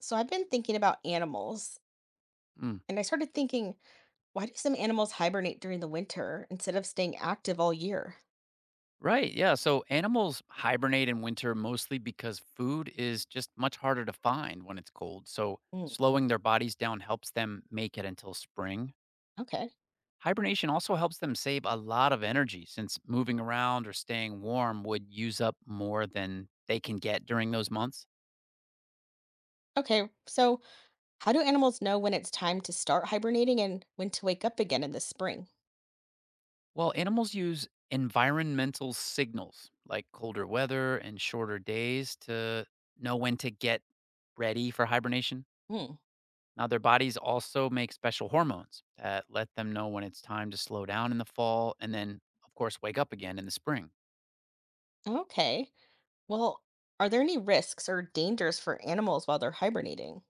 So I've been thinking about animals, Mm. and I started thinking, why do some animals hibernate during the winter instead of staying active all year? Right. Yeah. So animals hibernate in winter mostly because food is just much harder to find when it's cold. So Mm, slowing their bodies down helps them make it until spring. okay. Hibernation also helps them save a lot of energy since moving around or staying warm would use up more than they can get during those months. Okay. So, how do animals know when it's time to start hibernating and when to wake up again in the spring? Well, animals use environmental signals like colder weather and shorter days to know when to get ready for hibernation. Hmm. Now, their bodies also make special hormones that let them know when it's time to slow down in the fall and then, of course, wake up again in the spring. Okay. Well, are there any risks or dangers for animals while they're hibernating?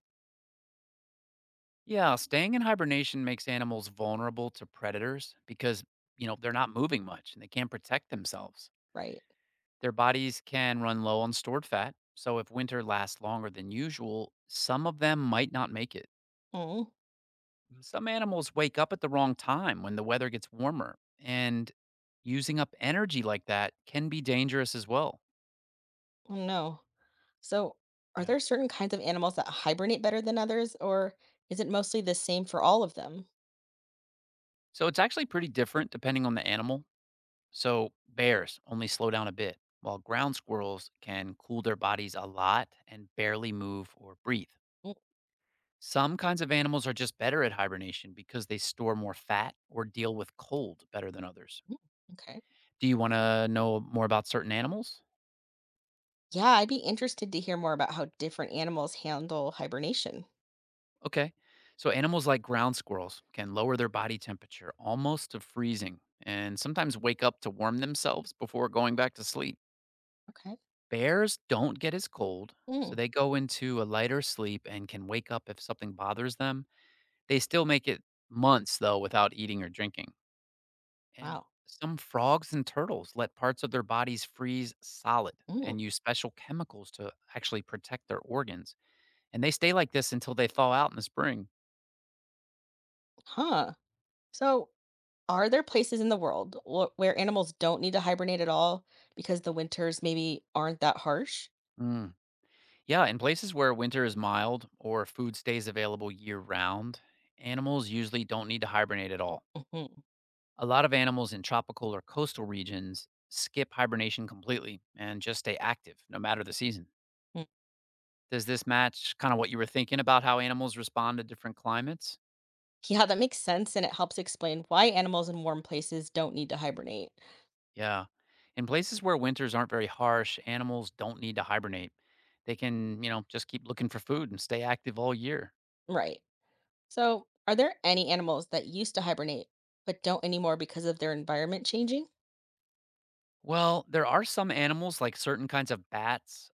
Yeah, staying in hibernation makes animals vulnerable to predators because, they're not moving much and they can't protect themselves. Right. Their bodies can run low on stored fat. So, if winter lasts longer than usual, some of them might not make it. Mm, Some animals wake up at the wrong time when the weather gets warmer, and using up energy like that can be dangerous as well. oh, no. So, are Yeah. there certain kinds of animals that hibernate better than others, or is it mostly the same for all of them? So it's actually pretty different depending on the animal. So bears only slow down a bit, while ground squirrels can cool their bodies a lot and barely move or breathe. Mm, Some kinds of animals are just better at hibernation because they store more fat or deal with cold better than others. mm, Okay. Do you want to know more about certain animals? Yeah, I'd be interested to hear more about how different animals handle hibernation. Okay. So animals like ground squirrels can lower their body temperature almost to freezing and sometimes wake up to warm themselves before going back to sleep. Okay. Bears don't get as cold, so Mm, they go into a lighter sleep and can wake up if something bothers them. They still make it months, though, without eating or drinking. And wow. some frogs and turtles let parts of their bodies freeze solid Mm, and use special chemicals to actually protect their organs. And they stay like this until they thaw out in the spring. huh. So, are there places in the world where animals don't need to hibernate at all because the winters maybe aren't that harsh? Mm. Yeah, in places where winter is mild or food stays available year round, animals usually don't need to hibernate at all. Hmm. A lot of animals in tropical or coastal regions skip hibernation completely and just stay active no matter the season. Does this match kind of what you were thinking about how animals respond to different climates? Yeah, that makes sense. And it helps explain why animals in warm places don't need to hibernate. Yeah. In places where winters aren't very harsh, animals don't need to hibernate. They can, just keep looking for food and stay active all year. Right. So, are there any animals that used to hibernate but don't anymore because of their environment changing? Well, there are some animals like certain kinds of bats,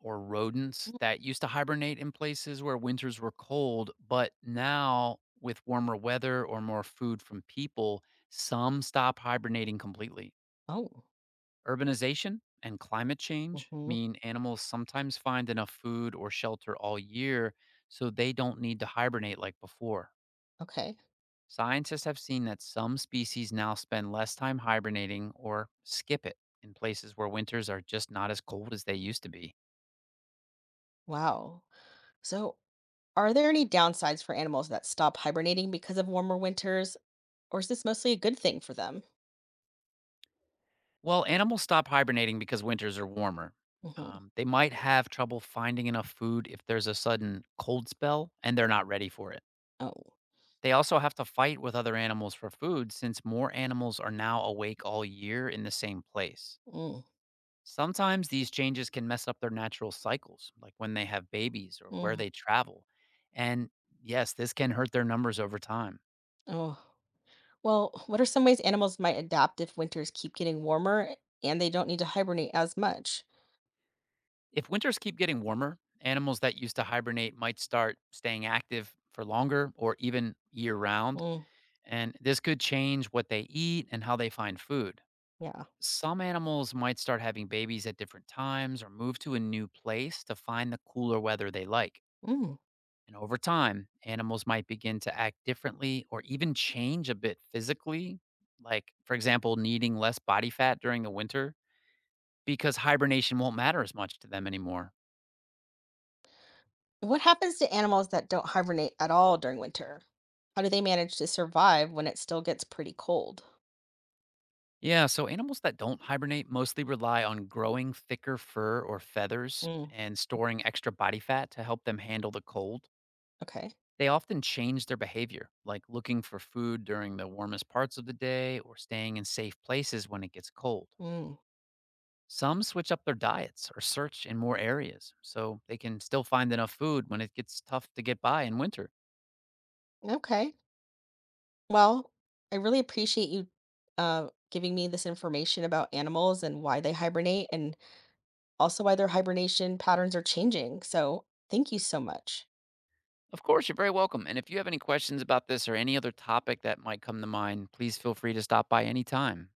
or rodents Mm, that used to hibernate in places where winters were cold, but now with warmer weather or more food from people, some stop hibernating completely. oh, Urbanization and climate change hmm, mean animals sometimes find enough food or shelter all year, so they don't need to hibernate like before. okay. Scientists have seen that some species now spend less time hibernating or skip it in places where winters are just not as cold as they used to be. Wow. So, are there any downsides for animals that stop hibernating because of warmer winters, or is this mostly a good thing for them? Well, animals stop hibernating because winters are warmer. Hmm. They might have trouble finding enough food if there's a sudden cold spell and they're not ready for it. Oh, They also have to fight with other animals for food since more animals are now awake all year in the same place. mm, Sometimes these changes can mess up their natural cycles, like when they have babies or where mm, they travel. And yes, this can hurt their numbers over time. oh. Well, what are some ways animals might adapt if winters keep getting warmer and they don't need to hibernate as much? If winters keep getting warmer, animals that used to hibernate might start staying active for longer or even year round. Mm, And this could change what they eat and how they find food. yeah. Some animals might start having babies at different times or move to a new place to find the cooler weather they like. Mm. And over time, animals might begin to act differently or even change a bit physically, like, for example, needing less body fat during the winter because hibernation won't matter as much to them anymore. What happens to animals that don't hibernate at all during winter? How do they manage to survive when it still gets pretty cold? Yeah, so animals that don't hibernate mostly rely on growing thicker fur or feathers Mm, and storing extra body fat to help them handle the cold. okay. They often change their behavior, like looking for food during the warmest parts of the day or staying in safe places when it gets cold. Mm, Some switch up their diets or search in more areas so they can still find enough food when it gets tough to get by in winter. okay. Well, I really appreciate you giving me this information about animals and why they hibernate and also why their hibernation patterns are changing. So, thank you so much. Of course, you're very welcome. And if you have any questions about this or any other topic that might come to mind, please feel free to stop by anytime.